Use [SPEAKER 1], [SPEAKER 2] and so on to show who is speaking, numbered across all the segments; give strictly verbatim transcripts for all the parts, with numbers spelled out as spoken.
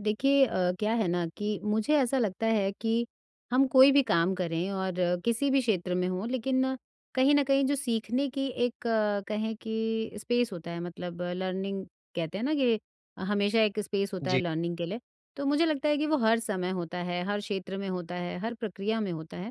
[SPEAKER 1] देखिए अ, क्या है ना कि मुझे ऐसा लगता है कि हम कोई भी काम करें और अ, किसी भी क्षेत्र में हों, लेकिन अ, कहीं न कहीं जो सीखने की एक अ, कहें कि स्पेस होता है, मतलब लर्निंग कहते हैं ना कि हमेशा एक स्पेस होता है
[SPEAKER 2] जी,
[SPEAKER 1] लर्निंग के लिए। तो मुझे लगता है कि वो हर समय होता है, हर क्षेत्र में होता है, हर प्रक्रिया में होता है।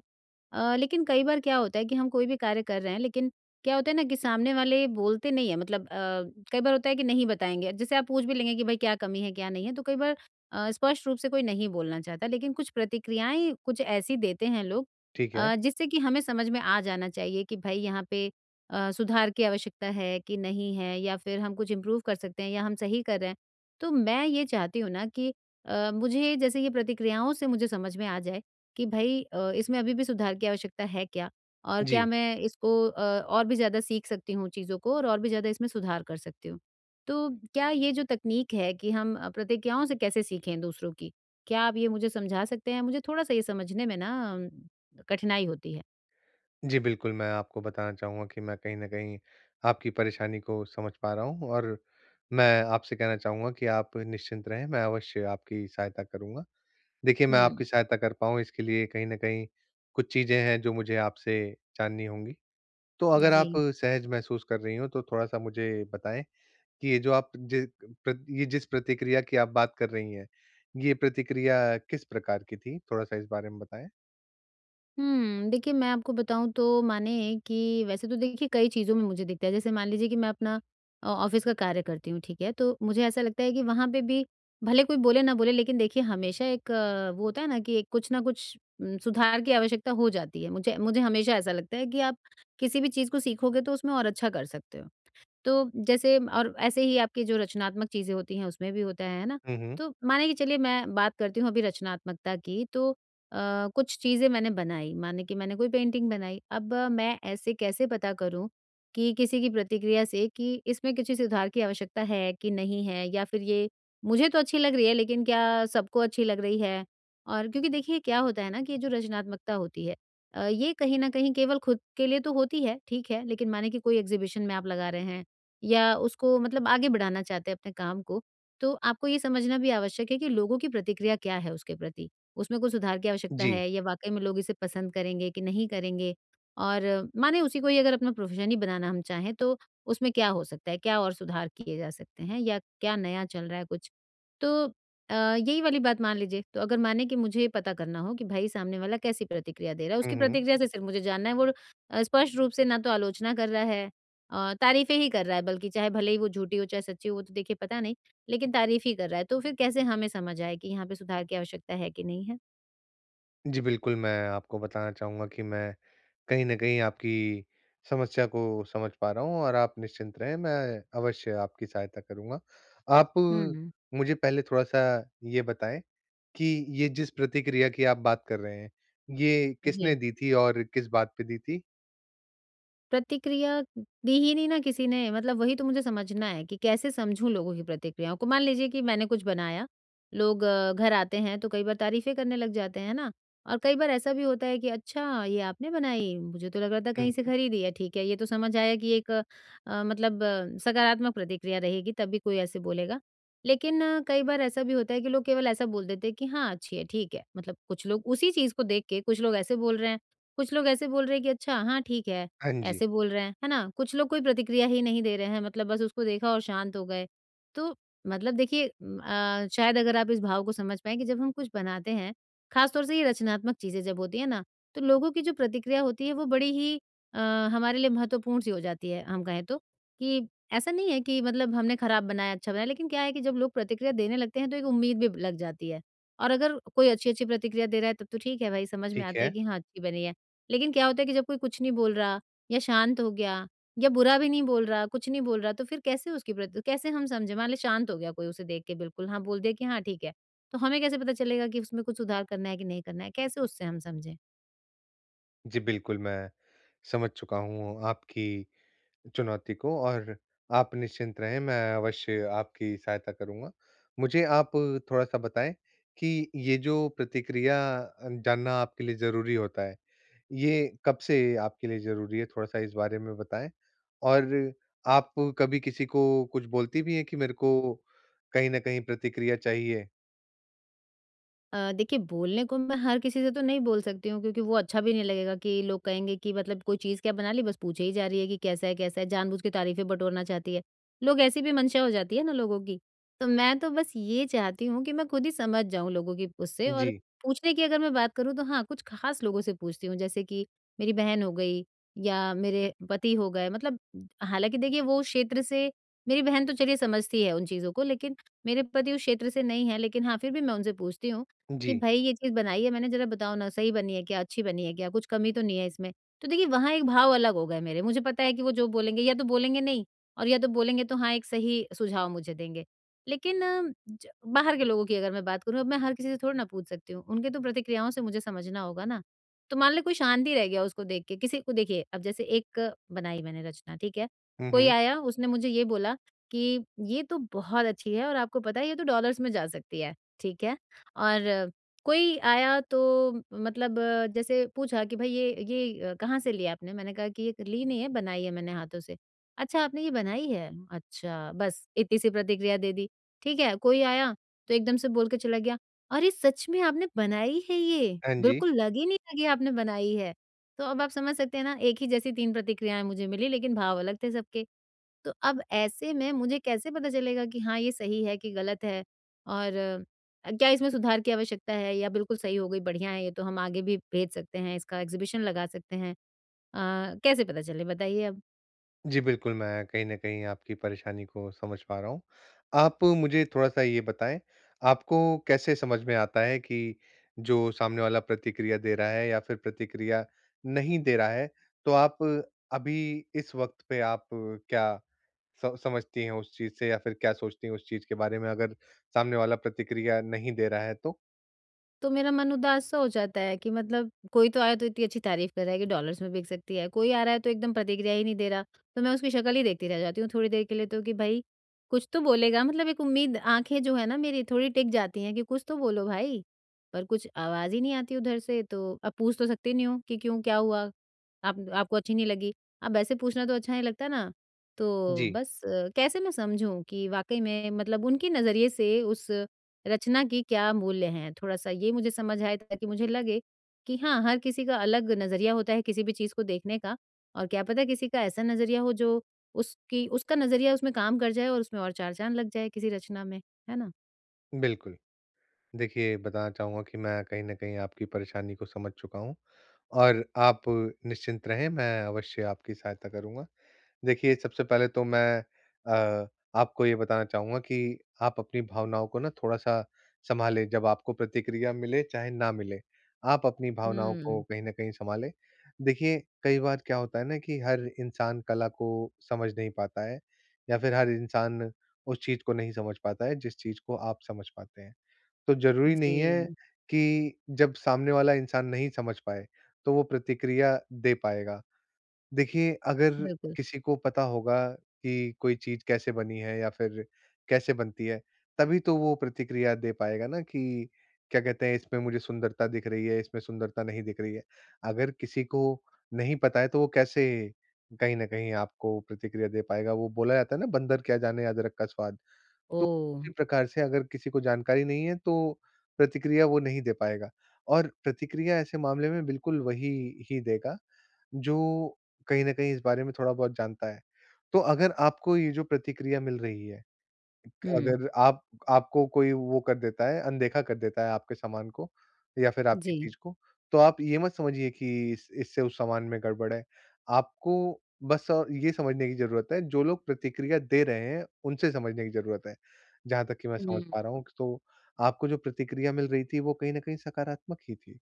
[SPEAKER 1] अ, लेकिन कई बार क्या होता है कि हम कोई भी कार्य कर रहे हैं, लेकिन क्या होता है ना कि सामने वाले बोलते नहीं है, मतलब अ, कई बार होता है कि नहीं बताएँगे। जैसे आप पूछ भी लेंगे कि भाई क्या कमी है, क्या नहीं है? तो कई बार अ, स्पष्ट रूप से कोई नहीं बोलना चाहता, लेकिन कुछ प्रतिक्रियाएँ कुछ ऐसी देते हैं लोग
[SPEAKER 2] ठीक है।
[SPEAKER 1] अ, जिससे कि हमें समझ में आ जाना चाहिए कि भाई यहाँ पे अ, सुधार की आवश्यकता है कि नहीं है, या फिर हम कुछ इम्प्रूव कर सकते हैं या हम सही कर रहे हैं। तो मैं ये चाहती हूँ ना कि अ, मुझे जैसे ये प्रतिक्रियाओं से मुझे समझ में आ जाए कि भाई अ, इसमें अभी भी सुधार की आवश्यकता है क्या? और क्या
[SPEAKER 2] जी।
[SPEAKER 1] मैं इसको अ, और भी ज़्यादा सीख सकती हूँ चीज़ों को और और भी ज़्यादा इसमें सुधार कर सकती हूँ? तो क्या ये जो तकनीक है कि हम अ, प्रतिक्रियाओं से कैसे सीखें दूसरों की? क्या आप ये मुझे समझा सकते हैं? मुझे थोड़ा-सा ये समझने में ना अम, कठिनाई होती है।
[SPEAKER 2] जी, बिल्कुल, मैं आपको बताना चाहूँगा कि मैं कहीं न कहीं आपकी परेशानी को समझ पा रहा हूँ और मैं आपसे कहना चाहूँगा कि आप निश्चिंत रहें, मैं अवश्य आपकी सहायता करूँगा। देखिए, मैं आपकी
[SPEAKER 1] हुँ,
[SPEAKER 2] सहायता कर पाऊँ इसके लिए कहीं न कहीं कुछ चीज़ें हैं जो मुझे आपसे जाननी होंगी। तो अगर
[SPEAKER 1] जी।
[SPEAKER 2] आप सहज महसूस कर रही हों तो थोड़ा-सा मुझे बताएँ कि ये जो आप जि प्र ये जिस प्रतिक्रिया की आप बात कर रही हैं, ये प्रतिक्रिया किस प्रकार की थी? थोड़ा-सा इस बारे में बताएँ।
[SPEAKER 1] हुँ, देखिए मैं आपको बताऊँ तो माने कि वैसे तो देखिए कई चीज़ों में मुझे दिखता है। जैसे मान लीजिए कि मैं अपना अ, ऑफ़िस का कार्य करती हूँ, ठीक है? तो मुझे ऐसा लगता है कि वहाँ पे भी भले कोई बोले ना बोले, लेकिन देखिए हमेशा एक अ, वो होता है ना कि एक कुछ ना कुछ उम, सुधार की आवश्यकता हो जाती है। मुझे मुझे हमेशा ऐसा लगता है कि आप किसी भी चीज़ को सीखोगे तो उसमें और अच्छा कर सकते हो। तो जैसे और ऐसे ही आपकी जो रचनात्मक चीज़ें होती हैं उसमें भी होता है, है ना?
[SPEAKER 2] हुँ, हुँ।
[SPEAKER 1] तो माने कि चलिए मैं बात करती हूँ अभी रचनात्मकता की, तो अ, कुछ चीज़ें मैंने बनाई, माने कि मैंने कोई पेंटिंग बनाई। अब अ, मैं ऐसे कैसे पता करूँ कि किसी की प्रतिक्रिया से कि इसमें किसी सुधार की आवश्यकता है कि नहीं है, या फिर ये मुझे तो अच्छी लग रही है लेकिन क्या सबको अच्छी लग रही है? और क्योंकि देखिए क्या होता है ना कि ये जो रचनात्मकता होती है अ, ये कहीं न कहीं केवल खुद के लिए तो होती है, ठीक है, लेकिन माने कि कोई एग्ज़िबिशन में आप लगा रहे हैं या उसको मतलब आगे बढ़ाना चाहते हैं अपने काम को, तो आपको ये समझना भी आवश्यक है कि लोगों की प्रतिक्रिया क्या है उसके प्रति? उसमें कुछ सुधार की आवश्यकता
[SPEAKER 2] जी।
[SPEAKER 1] है या वाक़ई में लोग इसे पसंद करेंगे कि नहीं करेंगे? और माने उसी को ही अगर अपना प्रोफ़ेशन ही बनाना हम चाहें, तो उसमें क्या हो सकता है? क्या और सुधार किए जा सकते हैं या क्या नया चल रहा है कुछ? तो अ, यही वाली बात मान लीजिए। तो अगर माने कि मुझे पता करना हो कि भाई सामने वाला कैसी प्रतिक्रिया दे रहा है,
[SPEAKER 2] हुँ,
[SPEAKER 1] उसकी
[SPEAKER 2] हुँ।
[SPEAKER 1] प्रतिक्रिया से सिर्फ़ मुझे जानना है वो अ, स्पष्ट रूप से ना तो आलोचना कर रहा है, अ, तारीफ़ें ही कर रहा है, बल्कि चाहे भले ही वो झूठी हो चाहे सच्ची हो वो तो देखिए पता नहीं, लेकिन तारीफ़ ही कर रहा है, तो फिर कैसे हमें समझ आए कि यहाँ पे सुधार की आवश्यकता है कि नहीं है?
[SPEAKER 2] जी, बिल्कुल, मैं आपको बताना चाहूँगा कि मैं कहीं न कहीं आपकी समस्या को समझ पा रहा हूँ और आप निश्चिंत रहें, मैं अवश्य आपकी सहायता करूँगा। आप
[SPEAKER 1] हुँ,
[SPEAKER 2] मुझे पहले थोड़ा-सा ये बताएँ कि ये जिस प्रतिक्रिया की आप बात कर रहे हैं, ये किसने
[SPEAKER 1] जी।
[SPEAKER 2] दी थी और किस बात पे दी थी?
[SPEAKER 1] प्रतिक्रिया दी ही नहीं ना किसी ने, मतलब वही तो मुझे समझना है कि कैसे समझूं लोगों की प्रतिक्रियाओं को। मान लीजिए कि मैंने कुछ बनाया, लोग अ, घर आते हैं तो कई बार तारीफें करने लग जाते हैं ना। और कई बार ऐसा भी होता है कि अच्छा ये आपने बनाई, मुझे तो लग रहा था
[SPEAKER 2] हुँ,
[SPEAKER 1] कहीं से
[SPEAKER 2] हुँ।
[SPEAKER 1] खरीदी है, ठीक है। ये तो समझ आया कि एक अ, अ, मतलब अ, सकारात्मक प्रतिक्रिया रहेगी तभी कोई ऐसे बोलेगा। लेकिन अ, कई बार ऐसा भी होता है कि लोग केवल ऐसा बोल देते हैं कि हाँ अच्छी है, ठीक है। मतलब कुछ लोग उसी चीज को देख के कुछ लोग ऐसे बोल रहे हैं, कुछ लोग ऐसे बोल रहे हैं कि अच्छा हाँ ठीक है,
[SPEAKER 2] हाँ जी,
[SPEAKER 1] ऐसे बोल रहे हैं, है ना? कुछ लोग कोई प्रतिक्रिया ही नहीं दे रहे हैं, मतलब बस उसको देखा और शांत हो गए। तो मतलब देखिए उम, अ, शायद अगर आप इस भाव को समझ पाएँ कि जब हम कुछ बनाते हैं, खास तौर से ये रचनात्मक चीज़ें जब होती हैं ना, तो लोगों की जो प्रतिक्रिया होती है वो बड़ी ही अ, हमारे लिए महत्वपूर्ण सी हो जाती है, हम कहें तो। कि ऐसा नहीं है कि मतलब हमने खराब बनाया, अच्छा बनाया, लेकिन क्या है कि जब लोग प्रतिक्रिया देने लगते हैं तो एक उम्मीद भी लग जाती है। और अगर कोई अच्छी-अच्छी प्रतिक्रिया दे रहा है तब तो ठीक है भाई, समझ में
[SPEAKER 2] ठीक
[SPEAKER 1] आता है
[SPEAKER 2] है।
[SPEAKER 1] कि हाँ, अच्छी बनी है। लेकिन क्या होता है कि जब कोई कुछ नहीं बोल रहा या शांत हो गया या बुरा भी नहीं बोल रहा, कुछ नहीं बोल रहा, तो फिर कैसे उसकी प्रति कैसे हम समझे? मान लें शांत हो गया कोई उसे देख के, बिल्कुल, हाँ, बोल दिया कि हाँ, ठीक है। तो हमें कैसे पता चलेगा कि उसमें कुछ सुधार करना है कि नहीं करना है? कैसे उससे हम समझें?
[SPEAKER 2] जी, बिल्कुल, मैं समझ चुका हूँ आपकी चुनौती को और आप निश्चिंत रहें, मैं अवश्य आपकी सहायता करूँगा। मुझे आप थोड़ा-सा बताएँ कि ये जो प्रतिक्रिया अ, जानना आपके लिए ज़रूरी होता है, ये कब से आपके लिए ज़रूरी है? थोड़ा-सा इस बारे में बताएँ। और आप कभी किसी को कुछ बोलती भी हैं कि मेरे को कहीं न कहीं प्रतिक्रिया चाहिए?
[SPEAKER 1] अ, देखिए बोलने को मैं हर किसी से तो नहीं बोल सकती हूँ, क्योंकि वो अच्छा भी नहीं लगेगा कि लोग कहेंगे कि मतलब कोई चीज़ क्या बना ली, बस पूछे ही जा रही है कि कैसा है कैसा है, जानबूझ के तारीफें बटोरना चाहती है लोग। ऐसी भी मंशा हो जाती है ना लोगों की। तो मैं तो बस ये चाहती हूँ कि मैं खुद ही समझ जाऊँ लोगों की उससे। और
[SPEAKER 2] जी।
[SPEAKER 1] पूछने की अगर मैं बात करूँ तो हाँ, कुछ खास लोगों से पूछती हूँ, जैसे कि मेरी बहन हो गई या मेरे पति हो गए। मतलब हालांकि देखिए वो क्षेत्र से, मेरी बहन तो चलिए समझती है उन चीज़ों को, लेकिन मेरे पति उस क्षेत्र से नहीं है, लेकिन हाँ फिर भी मैं उनसे पूछती हूँ कि
[SPEAKER 2] जी।
[SPEAKER 1] भाई ये चीज़ बनाई है मैंने, ज़रा बताओ ना, सही बनी है क्या? अच्छी बनी है क्या? कुछ कमी तो नहीं है इसमें? तो देखिए वहाँ एक भाव अलग हो गए मेरे। मुझे पता है कि वो जो बोलेंगे या तो बोलेंगे नहीं, और या तो बोलेंगे तो हाँ, एक सही सुझाव मुझे देंगे। लेकिन अ, ज बाहर के लोगों की अगर मैं बात करूँ, अब मैं हर किसी से थोड़ी ना पूछ सकती हूँ। उनके तो प्रतिक्रियाओं से मुझे समझना होगा ना। तो मान लें कोई शांत ही रह गया उसको देख के, किसी को देखिए अब जैसे एक अ, बनाई मैंने रचना, ठीक है?
[SPEAKER 2] हुँ,
[SPEAKER 1] कोई
[SPEAKER 2] हुँ।
[SPEAKER 1] आया, उसने मुझे ये बोला कि ये तो बहुत अच्छी है और आपको पता है ये तो डॉलर्स में जा सकती है, ठीक है? और कोई आया तो मतलब अ, जैसे पूछा कि भाई ये ये अ, कहाँ से लिया आपने? मैंने कहा कि ये ली नहीं है, बनाई है मैंने हाथों से। अच्छा आपने ये बनाई है? अच्छा, बस इतनी सी प्रतिक्रिया दे दी। ठीक है, कोई आया तो एकदम से बोल के चला गया, "अरे! सच में आपने बनाई है ये?
[SPEAKER 2] हाँ जी।
[SPEAKER 1] बिल्कुल लग ही नहीं लगी आपने बनाई है।" तो अब आप समझ सकते हैं ना, एक ही जैसी तीन प्रतिक्रियाएँ मुझे मिली, लेकिन भाव अलग थे सबके। तो अब ऐसे में मुझे कैसे पता चलेगा कि हाँ, ये सही है कि गलत है और अ, क्या इसमें सुधार की आवश्यकता है, या बिल्कुल सही हो गई, बढ़िया है, ये तो हम आगे भी भेज सकते हैं, इसका एग्ज़िबिशन लगा सकते हैं। अ, कैसे पता चले बताइए अब?
[SPEAKER 2] जी, बिल्कुल, मैं कहीं न कहीं आपकी परेशानी को समझ पा रहा हूँ। आप मुझे थोड़ा-सा ये बताएँ, आपको कैसे समझ में आता है कि जो सामने वाला प्रतिक्रिया दे रहा है या फिर प्रतिक्रिया नहीं दे रहा है, तो आप अभी इस वक़्त पे आप क्या स समझती हैं उस चीज़ से या फिर क्या सोचती हैं उस चीज़ के बारे में, अगर सामने वाला प्रतिक्रिया नहीं दे रहा है तो?
[SPEAKER 1] तो मेरा मन उदास सा हो जाता है कि मतलब कोई तो आया तो इतनी अच्छी तारीफ कर रहा है कि डॉलर्स में बिक सकती है, कोई आ रहा है तो एकदम प्रतिक्रिया ही नहीं दे रहा। तो मैं उसकी शक्ल ही देखती रह जाती हूँ थोड़ी देर के लिए, तो कि भाई कुछ तो बोलेगा, मतलब एक उम्मीद, आँखें जो है ना मेरी थोड़ी टिक जाती हैं कि कुछ तो बोलो भाई। पर कुछ आवाज़ ही नहीं आती उधर से, तो अब पूछ तो सकती नहीं हूँ कि क्यों क्या हुआ? आप आपको अच्छी नहीं लगी? अब ऐसे पूछना तो अच्छा नहीं लगता ना। तो
[SPEAKER 2] जी,
[SPEAKER 1] बस अ, कैसे मैं समझूँ कि वाक़ई में मतलब उनके नज़रिए से उस रचना की क्या मूल्य हैं? थोड़ा-सा ये मुझे समझ आए ताकि मुझे लगे कि हाँ, हर किसी का अलग नज़रिया होता है किसी भी चीज़ को देखने का, और क्या पता किसी का ऐसा नज़रिया हो जो उसकी उसका नज़रिया उसमें काम कर जाए और उसमें और चार चाँद लग जाए किसी रचना में, है ना?
[SPEAKER 2] बिल्कुल। देखिए, बताना चाहूँगा कि मैं कहीं न कहीं आपकी परेशानी को समझ चुका हूँ और आप निश्चिंत रहें, मैं अवश्य आपकी सहायता करूँगा। देखिए, सबसे पहले तो मैं अ, आपको ये बताना चाहूँगा कि आप अपनी भावनाओं को ना थोड़ा-सा सँभालें, जब आपको प्रतिक्रिया मिले चाहे ना मिले, आप अपनी भावनाओं को
[SPEAKER 1] हुँ,
[SPEAKER 2] कहीं न कहीं सँभालें। देखिए, कई बार क्या होता है ना कि हर इंसान कला को समझ नहीं पाता है, या फिर हर इंसान उस चीज़ को नहीं समझ पाता है, जिस चीज़ को आप समझ पाते हैं। तो ज़रूरी नहीं है
[SPEAKER 1] जी,
[SPEAKER 2] कि जब सामने वाला इंसान नहीं समझ पाए, तो वो प्रतिक्रिया दे पाएगा। देखिए, अगर
[SPEAKER 1] बिल्कुल।
[SPEAKER 2] किसी को पता होगा कि कोई चीज़ कैसे बनी है या फिर कैसे बनती है, तभी तो वो प्रतिक्रिया दे पाएगा ना कि क्या कहते हैं, इसमें मुझे सुंदरता दिख रही है, इसमें सुंदरता नहीं दिख रही है। अगर किसी को नहीं पता है, तो वो कैसे कहीं न कहीं आपको प्रतिक्रिया दे पाएगा? वो बोला जाता है ना, "बंदर क्या जाने अदरक का स्वाद।" तो
[SPEAKER 1] ओह!
[SPEAKER 2] उसी प्रकार से अगर किसी को जानकारी नहीं है तो प्रतिक्रिया वो नहीं दे पाएगा, और प्रतिक्रिया ऐसे मामले में बिल्कुल वही ही देगा जो कहीं न कहीं इस बारे में थोड़ा बहुत जानता है। तो अगर आपको ये जो प्रतिक्रिया मिल रही है,
[SPEAKER 1] हुँ,
[SPEAKER 2] अगर आप आपको कोई वो कर देता है, अनदेखा कर देता है आपके सामान को या फिर आपकी
[SPEAKER 1] जी।
[SPEAKER 2] चीज़ को, तो आप ये मत समझिए कि इस इससे उस सामान में गड़बड़ है। आपको बस अ, ये समझने की ज़रूरत है, जो लोग प्रतिक्रिया दे रहे हैं, उनसे समझने की ज़रूरत है, जहाँ तक कि मैं समझ
[SPEAKER 1] हुँ,
[SPEAKER 2] पा रहा हूँ। तो आपको जो प्रतिक्रिया मिल रही थी, वो कहीं न कहीं सकारात्मक ही थी।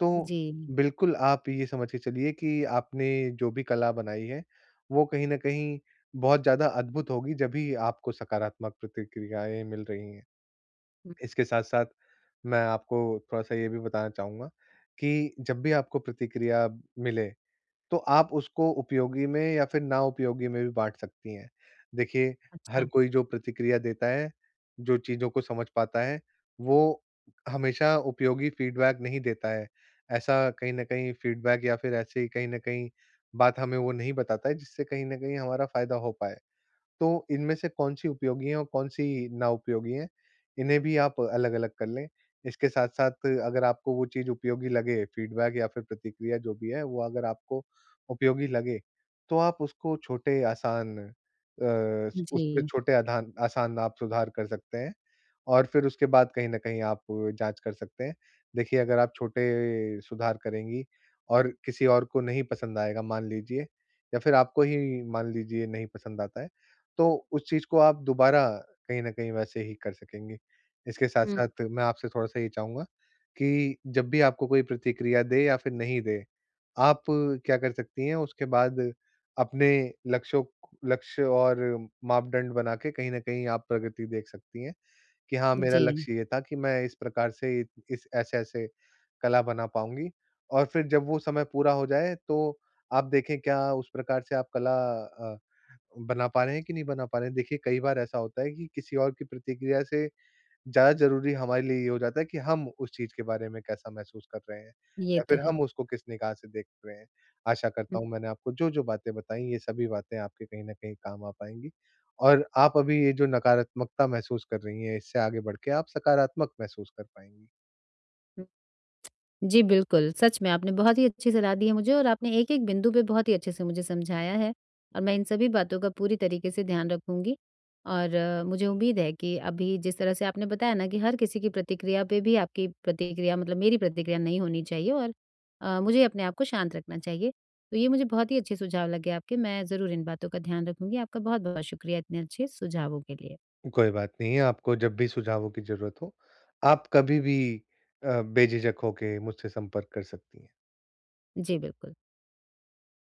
[SPEAKER 2] तो
[SPEAKER 1] जी।
[SPEAKER 2] बिल्कुल आप ये समझ के चलिए कि आपने जो भी कला बनाई है, वो कहीं न कहीं बहुत ज़्यादा अद्भुत होगी, जभी आपको सकारात्मक प्रतिक्रियाएँ मिल रही हैं।
[SPEAKER 1] हुँ,
[SPEAKER 2] इसके साथ-साथ मैं आपको थोड़ा-सा ये भी बताना चाहूँगा कि जब भी आपको प्रतिक्रिया मिले, तो आप उसको उपयोगी में या फिर ना उपयोगी में भी बाँट सकती हैं। देखिए, हर
[SPEAKER 1] अच्छा,
[SPEAKER 2] कोई जो प्रतिक्रिया देता है, जो चीज़ों को समझ पाता है, वो हमेशा उपयोगी फीडबैक नहीं देता है। ऐसा कहीं न कहीं फीडबैक या फिर ऐसे ही कहीं न कहीं बात हमें वो नहीं बताता है, जिससे कहीं न कहीं हमारा फ़ायदा हो पाए। तो इनमें से कौन-सी उपयोगी है और कौन-सी ना उपयोगी है, इन्हें भी आप अलग-अलग कर लें। इसके साथ-साथ अगर आपको वो चीज़ उपयोगी लगे, फीडबैक या फिर प्रतिक्रिया जो भी है, वो अगर आपको उपयोगी लगे, तो आप उसको छोटे आसान अ,
[SPEAKER 1] जी।
[SPEAKER 2] उसमें छोटे आधान आसान आप सुधार कर सकते हैं, और फिर उसके बाद कहीं न कहीं आप जाँच कर सकते हैं। देखिए, अगर आप छोटे सुधार करेंगी और किसी और को नहीं पसंद आएगा, मान लीजिए, या फिर आपको ही मान लीजिए नहीं पसंद आता है, तो उस चीज़ को आप दोबारा कहीं न कहीं वैसे ही कर सकेंगे। इसके
[SPEAKER 1] हुँ,
[SPEAKER 2] साथ-साथ मैं आपसे थोड़ा-सा ये चाहूँगा कि जब भी आपको कोई प्रतिक्रिया दे या फिर नहीं दे, आप क्या कर सकती हैं उसके बाद? अपने लक्ष्यों लक्ष्य और मापदंड बना के कहीं न कहीं आप प्रगति देख सकती हैं कि हाँ, मेरा
[SPEAKER 1] जी,
[SPEAKER 2] लक्ष्य ये था कि मैं इस प्रकार से इत इस ऐसे-ऐसे कला बना पाऊँगी, और फिर जब वो समय पूरा हो जाए तो आप देखें, क्या उस प्रकार से आप कला अ, बना पा रहे हैं कि नहीं बना पा रहे हैं। देखिए, कई बार ऐसा होता है कि किसी और की प्रतिक्रिया से ज़्यादा ज़रूरी हमारे लिए ये हो जाता है कि हम उस चीज़ के बारे में कैसा महसूस कर रहे हैं,
[SPEAKER 1] ये
[SPEAKER 2] या
[SPEAKER 1] तो
[SPEAKER 2] फिर
[SPEAKER 1] है।
[SPEAKER 2] हम उसको किस निगाह से देख रहे हैं। आशा करता
[SPEAKER 1] हुँ।
[SPEAKER 2] हूँ मैंने आपको जो-जो बातें बताई, ये सभी बातें आपके कहीं न कहीं काम आ पाएँगी, और आप अभी ये जो नकारात्मकता महसूस कर रही हैं, इससे आगे बढ़ के आप सकारात्मक महसूस कर पाएँगी।
[SPEAKER 1] जी, बिल्कुल। सच में आपने बहुत ही अच्छी सलाह दी है मुझे और आपने एक-एक बिंदु पे बहुत ही अच्छे से मुझे समझाया है, और मैं इन सभी बातों का पूरी तरीके से ध्यान रखूँगी और अ, मुझे उम्मीद है कि अभी जिस तरह से आपने बताया ना कि हर किसी की प्रतिक्रिया पे भी आपकी प्रतिक्रिया, मतलब मेरी प्रतिक्रिया, नहीं होनी चाहिए, और अ, मुझे अपने आप को शांत रखना चाहिए। तो ये मुझे बहुत ही अच्छे सुझाव लगे आपके, मैं ज़रूर इन बातों का ध्यान रखूँगी। आपका बहुत-बहुत शुक्रिया इतने अच्छे सुझावों के लिए।
[SPEAKER 2] कोई बात नहीं है, आपको जब भी सुझावों की ज़रूरत हो, आप कभी भी अ, बेझिझक होके मुझसे संपर्क कर सकती हैं।
[SPEAKER 1] जी, बिल्कुल।